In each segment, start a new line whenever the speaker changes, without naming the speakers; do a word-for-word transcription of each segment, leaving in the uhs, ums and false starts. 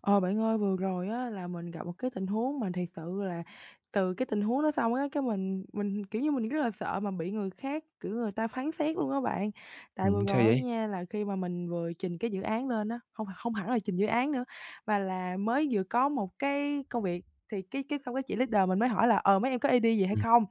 Ờ, Bạn ơi, vừa rồi á là mình gặp một cái tình huống mà thiệt sự là từ cái tình huống đó xong á, cái mình mình, kiểu như, mình rất là sợ mà bị người khác, kiểu, người ta phán xét luôn á bạn. Tại vừa
Ừm, sao
rồi á
vậy?
nha, là khi mà mình vừa trình cái dự án lên á, không không hẳn là trình dự án nữa, mà là mới vừa có một cái công việc thì cái cái xong cái chị leader mình mới hỏi là "Ờ, mấy em có idea gì hay
Ừm,
không?"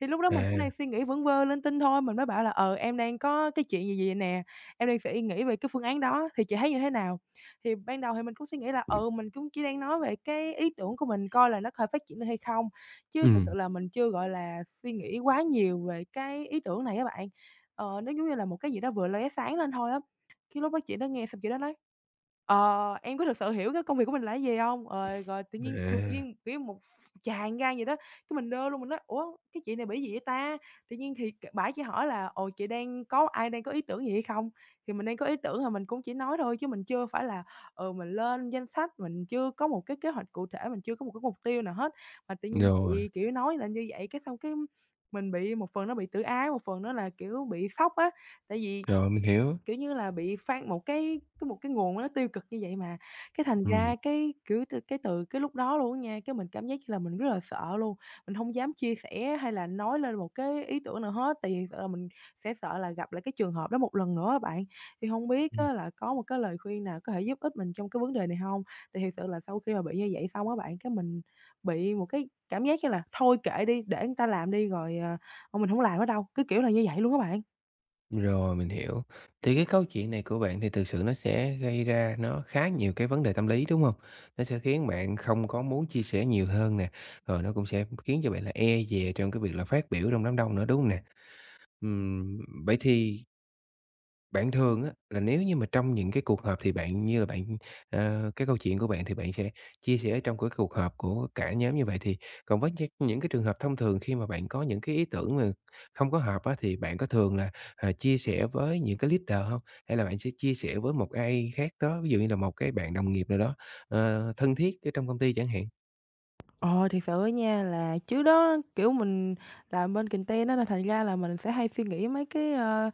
Thì lúc đó
à,
mình cũng đang suy nghĩ vẩn vơ linh tinh thôi, mình mới bảo là "Ờ, em đang có cái chuyện gì, gì nè, em đang suy nghĩ về cái phương án đó thì chị thấy như thế nào?" Thì ban đầu thì mình cũng suy nghĩ là, ừ, mình cũng chỉ đang nói về cái ý tưởng của mình coi là nó có thể phát triển được hay không, chứ thực
ừm,
sự là mình chưa, gọi là, suy nghĩ quá nhiều về cái ý tưởng này các bạn. Ờ, nó giống như là một cái gì đó vừa lóe sáng lên thôi á. Cái lúc đó chị đó nghe xong chị đó nói: "Ờ, em có thực sự hiểu cái công việc của mình là cái gì không? Rồi rồi tự nhiên tự
à,
nhiên, kiểu, một tràn gan gì đó, cái mình đơ luôn, mình nói: "Ủa, cái chị này bị gì vậy ta?" Tự nhiên thì c bả chỉ hỏi là "Ồ, chị đang có ai đang có ý tưởng gì hay không?" Thì mình đang có ý tưởng thì mình cũng chỉ nói thôi chứ mình chưa phải là ừ, mình lên danh sách, mình chưa có một cái kế hoạch cụ thể, mình chưa có một cái mục tiêu nào hết. Mà tự nhiên
rồi,
chị, kiểu, nói là như vậy cái xong cái mình bị một phần nó bị tự ái, một phần nó là, kiểu, bị sốc á. Tại vì
rồi, mình hiểu,
kiểu như là, bị phang một cái cái một cái nguồn nó tiêu cực như vậy mà, cái thành
ừm,
ra cái, kiểu, từ cái từ cái lúc đó luôn á nha, cái mình cảm giác như là mình rất là sợ luôn, mình hông dám chia sẻ hay là nói lên một cái ý tưởng nào hết, tại vì sợ là mình sẽ sợ là gặp lại cái trường hợp đó một lần nữa á bạn. Thì hông biết
ừm,
á là có một cái lời khuyên nào có thể giúp ích mình trong cái vấn đề này hông? Tại thiệt sự là sau khi mà bị như vậy xong á bạn, cái mình bị một cái cảm giác như là thôi kệ đi, để người ta làm đi rồi, ờ, ờ, mình hổng làm nữa đâu, cứ kiểu là như vậy luôn á bạn.
rồi, mình hiểu. Thì cái câu chuyện này của bạn thì thực sự nó sẽ gây ra nó khá nhiều cái vấn đề tâm lý, đúng hông? Nó sẽ khiến bạn không có muốn chia sẻ nhiều hơn nè, rồi nó cũng sẽ khiến cho bạn là e dè trong cái việc là phát biểu trong đám đông nữa, đúng hông nè? Ừm, vậy thì bạn thường á, là nếu như mà trong những cái cuộc họp thì bạn như là bạn ờ, cái câu chuyện của bạn thì bạn sẽ chia sẻ trong cái cuộc họp của cả nhóm như vậy, thì còn với những những cái trường hợp thông thường khi mà bạn có những cái ý tưởng mà không có hợp á, thì bạn có thường là, ờ, chia sẻ với những cái leader không? Hay là bạn sẽ chia sẻ với một ai khác đó, ví dụ như là một cái bạn đồng nghiệp nào đó, ờ, thân thiết ở trong công ty chẳng hạn?
Ờ, Thiệt sự á nha là trước đó, kiểu, mình làm bên content á, là thành ra là mình sẽ hay suy nghĩ mấy cái, ơ,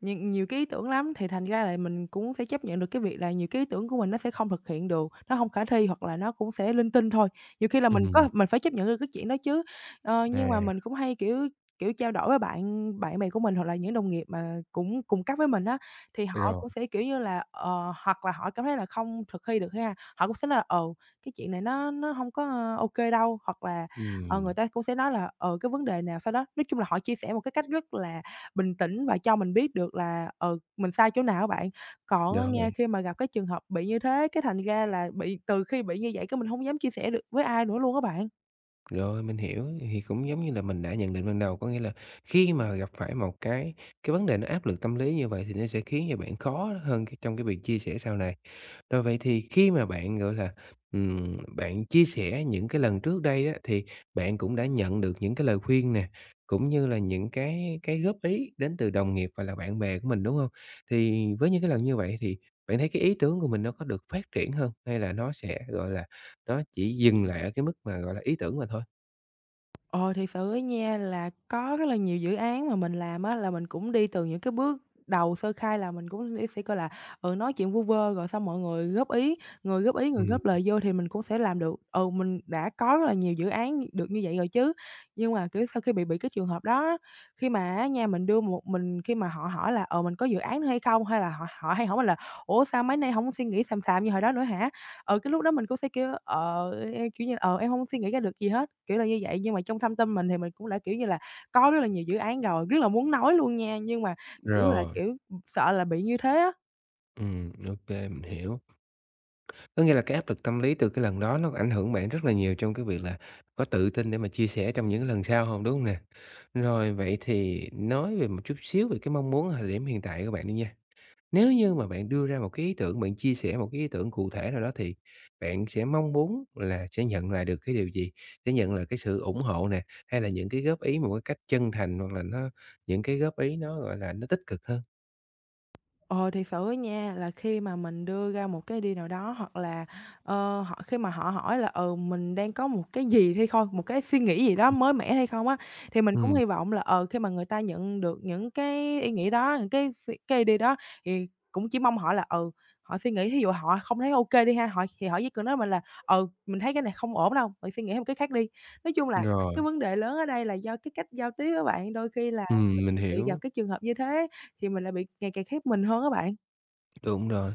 nhiều nhiều cái ý tưởng lắm, thì thành ra là mình cũng sẽ chấp nhận được cái việc là nhiều cái ý tưởng của mình nó sẽ không thực hiện được, nó không khả thi hoặc là nó cũng sẽ linh tinh thôi. Nhiều khi là
Ừ.
mình có mình phải chấp nhận được cái chuyện đó chứ. Ờ,
À,
nhưng mà mình cũng hay, kiểu kiểu, trao đổi với bạn bạn bè của mình hoặc là những đồng nghiệp mà cũng cùng cấp với mình á, thì họ
rồi.
cũng sẽ, kiểu như là, ờ, hoặc là họ cảm thấy là không thực thi được ha, họ cũng sẽ là ờ cái chuyện này nó nó hông có, ơ, ô đâu, hoặc là, ờ, người
Ừm,
ta cũng sẽ nói là, ờ, cái vấn đề nào sau đó nói chung là họ chia sẻ một cái cách rất là bình tĩnh và cho mình biết được là, ờ mình sai chỗ nào á bạn. Còn á
rồi.
nha, khi mà gặp cái trường hợp bị như thế, cái thành ra là bị từ khi bị như vậy cái mình hông dám chia sẻ được với ai nữa luôn á bạn.
Rồi, mình hiểu, thì cũng giống như là mình đã nhận định ban đầu, có nghĩa là khi mà gặp phải một cái cái vấn đề nó áp lực tâm lý như vậy thì nó sẽ khiến cho bạn khó hơn cái trong cái việc chia sẻ sau này. Rồi vậy thì khi mà bạn, gọi là, ừm, bạn chia sẻ những cái lần trước đây á, thì bạn cũng đã nhận được những cái lời khuyên nè, cũng như là những cái cái góp ý đến từ đồng nghiệp và là bạn bè của mình, đúng không? Thì với những cái lần như vậy thì bạn thấy cái ý tưởng của mình nó có được phát triển hơn, hay là nó sẽ, gọi là, nó chỉ dừng lại ở cái mức mà, gọi là, ý tưởng mà thôi?
Ờ, thì sự á nha là có rất là nhiều dự án mà mình làm á, là mình cũng đi từ những cái bước đầu sơ khai là mình cũng đi sẽ coi là, ừ, nói chuyện vu vơ rồi xong mọi người góp ý, người góp ý, người
Ừm,
góp lời vô thì mình cũng sẽ làm được. Ừ, mình đã có rất là nhiều dự án được như vậy rồi chứ. Nhưng mà, kiểu, sau khi bị bị cái trường hợp đó, khi mà á nha mình đưa một mình khi mà họ hỏi là, ờ, mình có dự án nữa hay không? Hay là họ họ hay hỏi mình là "Ủa, sao mấy nay không suy nghĩ xàm xàm như hồi đó nữa hả?" Ừ, cái lúc đó mình cũng sẽ kêu, ờ, e, kiểu như, ờ, "Em không suy nghĩ ra được gì hết." Kiểu là như vậy, nhưng mà trong thâm tâm mình thì mình cũng đã, kiểu như là, có rất là nhiều dự án rồi, rất là muốn nói luôn nha, nhưng mà, kiểu là,
rồi,
kiểu, sợ là bị như thế á.
ừm, ô, mình hiểu. Có nghĩa là cái áp lực tâm lý từ cái lần đó nó ảnh hưởng bạn rất là nhiều trong cái việc là có tự tin để mà chia sẻ trong những cái lần sau không, đúng hông nè? Rồi, vậy thì nói về một chút xíu về cái mong muốn ở thời điểm hiện tại của bạn đi nha. Nếu như mà bạn đưa ra một cái ý tưởng, bạn chia sẻ một cái ý tưởng cụ thể nào đó thì bạn sẽ mong muốn là sẽ nhận lại được cái điều gì? Sẽ nhận lại cái sự ủng hộ nè, hay là những cái góp ý một cái cách chân thành hoặc là nó những cái góp ý nó, gọi là, nó tích cực hơn?
Ờ, Thiệt sự á nha, là khi mà mình đưa ra một cái idea nào đó hoặc là, ờ, họ khi mà họ hỏi là, ừ, mình đang có một cái gì hay không, một cái suy nghĩ gì đó mới mẻ hay không á, thì mình cũng
Ừm,
hy vọng là, ờ, khi mà người ta nhận được những cái ý nghĩ đó, những cái suy cái idea đó thì cũng chỉ mong họ là, ừ, họ suy nghĩ, thí dụ họ không thấy ok đi ha, họ thì họ chỉ cần nói mình là "Ừ, mình thấy cái này không ổn đâu, bạn suy nghĩ thêm cái khác đi." Nói chung là
rồi.
cái vấn đề lớn ở đây là do cái cách giao tiếp á bạn, đôi khi là
Ừm, mình
mình bị gặp
hiểu,
cái trường hợp như thế thì mình lại bị ngày càng khép mình hơn á bạn.
đúng rồi.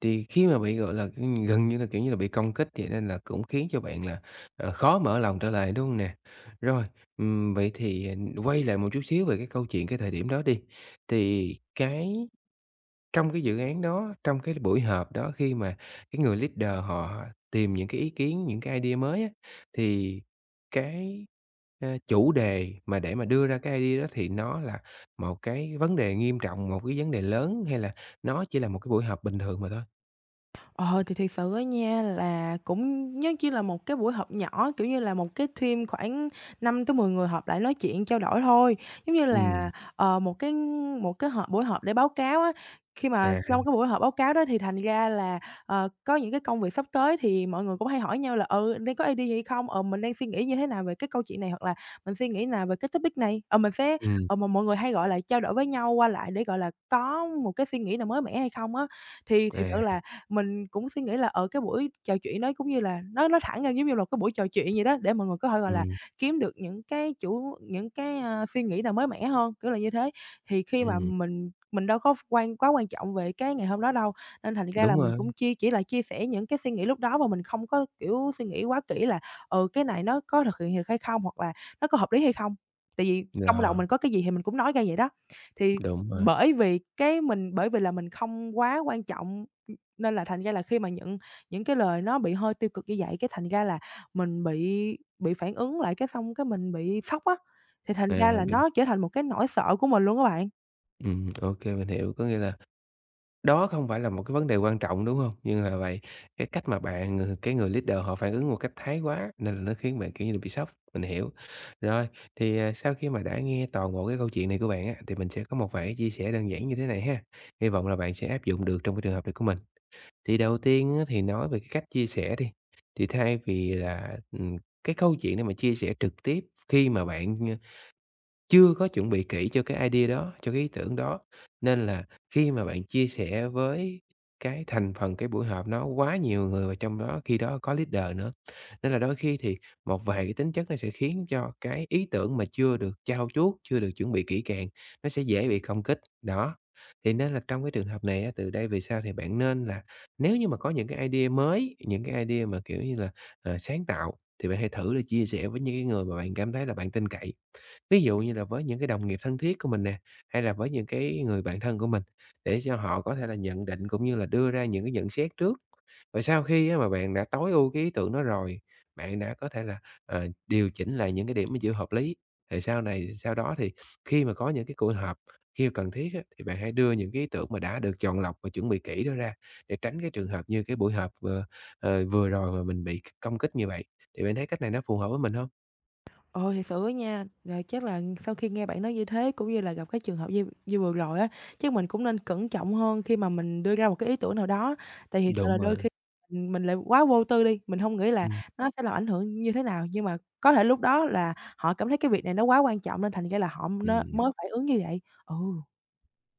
Thì khi mà bị, gọi là, ừm, gần như là, kiểu như là, bị công kích vậy nên là cũng khiến cho bạn là, ờ, khó mở lòng trở lại, đúng hông nè? Rồi, ừm, vậy thì, ờ, quay lại một chút xíu về cái câu chuyện cái thời điểm đó đi, thì cái Trong cái dự án đó, trong cái buổi họp đó khi mà cái người leader họ tìm những cái ý kiến, những cái idea mới á, thì cái, ơ, chủ đề mà để mà đưa ra cái idea đó thì nó là một cái vấn đề nghiêm trọng, một cái vấn đề lớn hay là nó chỉ là một cái buổi họp bình thường mà thôi?
Ờ, thì thiệt sự á nha là cũng giống như là một cái buổi họp nhỏ, kiểu như là, một cái team khoảng năm tới mười người họp lại nói chuyện trao đổi thôi. Giống như
Ừm,
là, ờ, một cái một cái họp buổi họp để báo cáo á, khi mà
à,
trong cái buổi họp báo cáo đó thì thành ra là, ờ, có những cái công việc sắp tới thì mọi người cũng hay hỏi nhau là "Ừ, đang có idea gì không? Ờ, mình đang suy nghĩ như thế nào về cái câu chuyện này?" Hoặc là "Mình suy nghĩ nào về cái topic này?" Ờ, mình sẽ
ừm,
ờ, mà mọi người hay, gọi là, trao đổi với nhau qua lại để, gọi là, có một cái suy nghĩ nào mới mẻ hay không á. Thì thiệt sự
à,
là mình cũng suy nghĩ là, ở cái buổi trò chuyện đó cũng như là nó nó thẳng ra giống như là một cái buổi trò chuyện vậy đó, để mọi người có thể, gọi là,
ừm,
kiếm được những cái chủ những cái, a, suy nghĩ nào mới mẻ hơn, kiểu là như thế. Thì khi mà
ừm,
mình mình đâu có quan quá quan trọng về cái ngày hôm đó đâu, nên thành ra là
đúng
mình
rồi,
cũng chia chỉ là chia sẻ những cái suy nghĩ lúc đó và mình không có, kiểu, suy nghĩ quá kỹ là, ừ, cái này nó có thực hiện được hay không, hoặc là nó có hợp lý hay không. Tại vì trong đầu
ờ,
mình có cái gì thì mình cũng nói ra vậy đó. Thì
đúng rồi,
bởi vì cái mình bởi vì là mình không quá quan trọng nên là thành ra là khi mà những những cái lời nó bị hơi tiêu cực như vậy, cái thành ra là mình bị bị phản ứng lại, cái xong cái mình bị sốc á, thì thành
à,
ra là
mình
nó trở thành một cái nỗi sợ của mình luôn á bạn.
ừm, ô, mình hiểu. Có nghĩa là đó không phải là một cái vấn đề quan trọng, đúng hông? Nhưng là vậy, cái cách mà bạn, người cái người leader họ phản ứng một cách thái quá nên là nó khiến bạn, kiểu như là, bị sốc, mình hiểu. Rồi, thì, à, sau khi mà đã nghe toàn bộ cái câu chuyện này của bạn á, thì mình sẽ có một vài cái chia sẻ đơn giản như thế này ha, hy vọng là bạn sẽ áp dụng được trong cái trường hợp này của mình. Thì đầu tiên á, thì nói về cái cách chia sẻ đi, thì thay vì là, ừm, cái câu chuyện để mà chia sẻ trực tiếp khi mà bạn chưa có chuẩn bị kỹ cho cái idea đó, cho cái ý tưởng đó. Nên là khi mà bạn chia sẻ với cái thành phần cái buổi họp nó quá nhiều người và trong đó khi đó có leader nữa. Nên là đôi khi thì một vài cái tính chất nó sẽ khiến cho cái ý tưởng mà chưa được trau chuốt, chưa được chuẩn bị kỹ càng, nó sẽ dễ bị công kích. Đó, thì nên là trong cái trường hợp này á, từ đây về sau thì bạn nên là nếu như mà có những cái idea mới, những cái idea mà, kiểu như là, ờ, sáng tạo thì bạn hãy thử là chia sẻ với những cái người mà bạn cảm thấy là bạn tin cậy. Ví dụ như là với những cái đồng nghiệp thân thiết của mình nè, hay là với những cái người bạn thân của mình, để cho họ có thể là nhận định cũng như là đưa ra những cái nhận xét trước. Và sau khi á mà bạn đã tối ưu cái ý tưởng đó rồi, bạn đã có thể là, ờ, điều chỉnh lại những cái điểm mà chưa hợp lý, thì sau này sau đó thì khi mà có những cái cuộc họp, khi cần thiết á, thì bạn hãy đưa những cái ý tưởng mà đã được chọn lọc và chuẩn bị kỹ đó ra, để tránh cái trường hợp như cái buổi họp vừa, ờ, vừa rồi mà mình bị công kích như vậy. Thì bạn thấy cách này nó phù hợp với mình không?
Ồ, thiệt sự á nha, là chắc là sau khi nghe bạn nói như thế, cũng như là gặp cái trường hợp như như vừa rồi á, chắc mình cũng nên cẩn trọng hơn khi mà mình đưa ra một cái ý tưởng nào đó. Tại thiệt sự
Đúng
là
rồi,
đôi khi mình mình lại quá vô tư đi, mình không nghĩ là
ừm,
nó sẽ làm ảnh hưởng như thế nào, nhưng mà có thể lúc đó là họ cảm thấy cái việc này nó quá quan trọng nên thành ra là họ nó
ừm.
mới phải ứng như vậy. Ừ.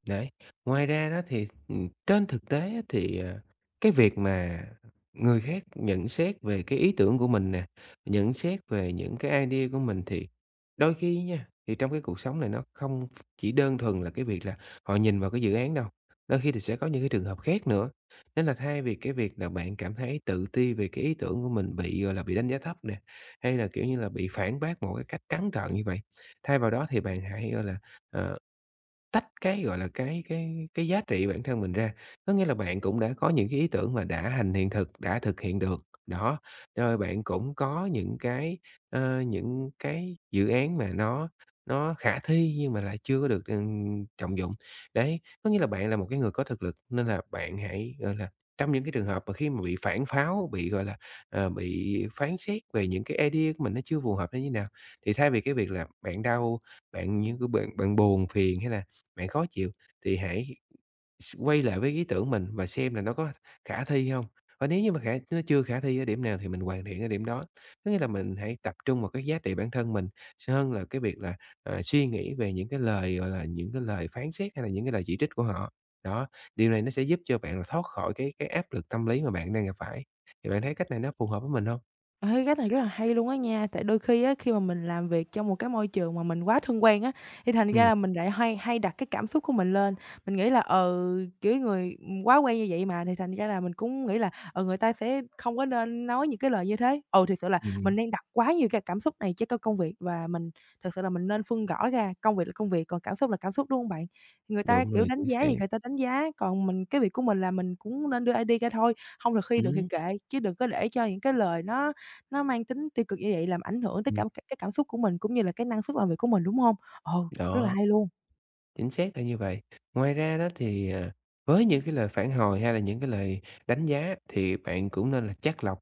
Đấy, ngoài ra đó thì, ừm, trên thực tế á thì, ờ, cái việc mà người khác nhận xét về cái ý tưởng của mình nè, nhận xét về những cái idea của mình thì đôi khi nha, thì trong cái cuộc sống này nó không chỉ đơn thuần là cái việc là họ nhìn vào cái dự án đâu, đôi khi thì sẽ có những cái trường hợp khác nữa. Nên là thay vì cái việc là bạn cảm thấy tự ti về cái ý tưởng của mình bị, gọi là, bị đánh giá thấp nè, hay là, kiểu như là, bị phản bác một cái cách trắng trợn như vậy, thay vào đó thì bạn hãy, gọi là, ờ tách cái, gọi là, cái cái cái giá trị bản thân mình ra. Có nghĩa là bạn cũng đã có những cái ý tưởng mà đã thành hiện thực, đã thực hiện được, đó, rồi bạn cũng có những cái, ơ, những cái dự án mà nó nó khả thi nhưng mà lại chưa có được, ừm, trọng dụng. Đấy, có nghĩa là bạn là một cái người có thực lực nên là bạn hãy, gọi là, trong những cái trường hợp mà khi mà bị phản pháo, bị, gọi là, ờ, bị phán xét về những cái idea của mình nó chưa phù hợp nó như nào, thì thay vì cái việc là bạn đau, bạn như cái bạn bạn buồn phiền hay là bạn khó chịu thì hãy s quay lại với ý tưởng mình và xem là nó có khả thi không. Và nếu như mà khả nó chưa khả thi ở điểm nào thì mình hoàn thiện ở điểm đó. Có nghĩa là mình hãy tập trung vào cái giá trị bản thân mình hơn là cái việc là, à, suy nghĩ về những cái lời, gọi là, những cái lời phán xét hay là những cái lời chỉ trích của họ. Đó, điều này nó sẽ giúp cho bạn là thoát khỏi cái cái áp lực tâm lý mà bạn đang gặp phải. Thì bạn thấy cách này nó phù hợp với mình không?
Ê, cái này rất là hay luôn á nha, tại đôi khi á, khi mà mình làm việc trong một cái môi trường mà mình quá thân quen á, thì thành ra
Ừm,
là mình lại hay hay đặt cái cảm xúc của mình lên. Mình nghĩ là, ờ kiểu, người, quá quen như vậy mà, thì thành ra là mình cũng nghĩ là, ờ người ta sẽ không có nên nói những cái lời như thế. Ừ, thiệt sự là
ừm,
mình đang đặt quá nhiều cái cảm xúc này cho cái công việc và mình thực sự là mình nên phân rõ ra, công việc là công việc, còn cảm xúc là cảm xúc, đúng không bạn? Người ta,
đúng
kiểu,
rồi,
đánh
chính
giá
xác.
gì người ta đánh giá, còn mình cái việc của mình là mình cũng nên đưa ra đi ra thôi không được khi được thì
Ừm,
kệ, chứ đừng có để cho những cái lời nó nó mang tính tiêu cực như vậy làm ảnh hưởng tới
ừm,
cảm cái cảm xúc của mình, cũng như là cái năng suất làm việc của mình, đúng hông? Ờ, rất là
đó.
hay luôn.
Chính xác là như vậy. Ngoài ra đó thì, à, với những cái lời phản hồi hay là những cái lời đánh giá thì bạn cũng nên là chắt lọc.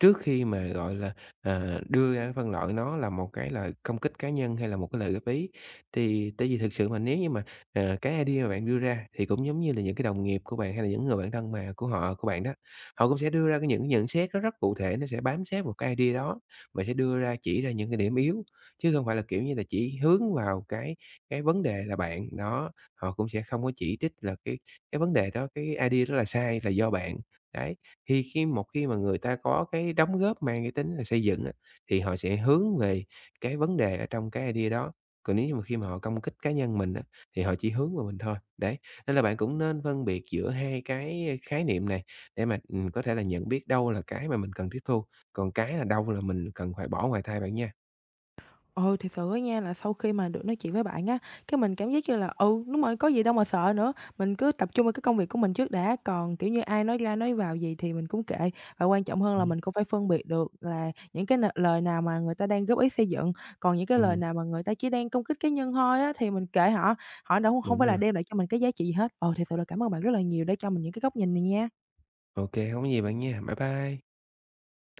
Trước khi mà, gọi là, ờ, đưa ra phân loại nó là một cái lời công kích cá nhân hay là một cái lời góp ý, thì tại vì thực sự mà nếu như mà, ờ, cái idea mà bạn đưa ra thì cũng giống như là những cái đồng nghiệp của bạn hay là những người bạn thân mà của họ của bạn đó, họ cũng sẽ đưa ra cái những cái nhận xét nó rất cụ thể, nó sẽ bám sát một cái idea đó và sẽ đưa ra chỉ ra những cái điểm yếu, chứ không phải là, kiểu như là, chỉ hướng vào cái cái vấn đề là bạn. Đó, họ cũng sẽ không có chỉ trích là cái cái vấn đề đó, cái idea đó là sai là do bạn. Đấy. Thì khi một khi mà người ta có cái đóng góp mang cái tính là xây dựng á, thì họ sẽ hướng về cái vấn đề ở trong cái idea đó. Còn nếu như mà khi mà họ công kích cá nhân mình á, thì họ chỉ hướng vào mình thôi. Đấy, nên là bạn cũng nên phân biệt giữa hai cái khái niệm này để mà, ừm, có thể là nhận biết đâu là cái mà mình cần tiếp thu, còn cái là đâu là mình cần phải bỏ ngoài tai bạn nha.
Ừ, thì sự á nha là sau khi mà được nói chuyện với bạn á, cái mình cảm giác như là, ừ, đúng rồi, có gì đâu mà sợ nữa, mình cứ tập trung vào cái công việc của mình trước đã, còn, kiểu như, ai nói ra nói vào gì thì mình cũng kệ. Và quan trọng hơn là
Ừm,
mình cũng phải phân biệt được là những cái n lời nào mà người ta đang góp ý xây dựng, còn những cái lời
ừm,
nào mà người ta chỉ đang công kích cá nhân thôi á thì mình kệ họ, họ đâu không
đúng
phải
rồi.
là đem lại cho mình cái giá trị gì hết. Ừ, thì sự là cảm ơn bạn rất là nhiều đã cho mình những cái góc nhìn này nha.
OK, không có gì bạn nha. Bye bye.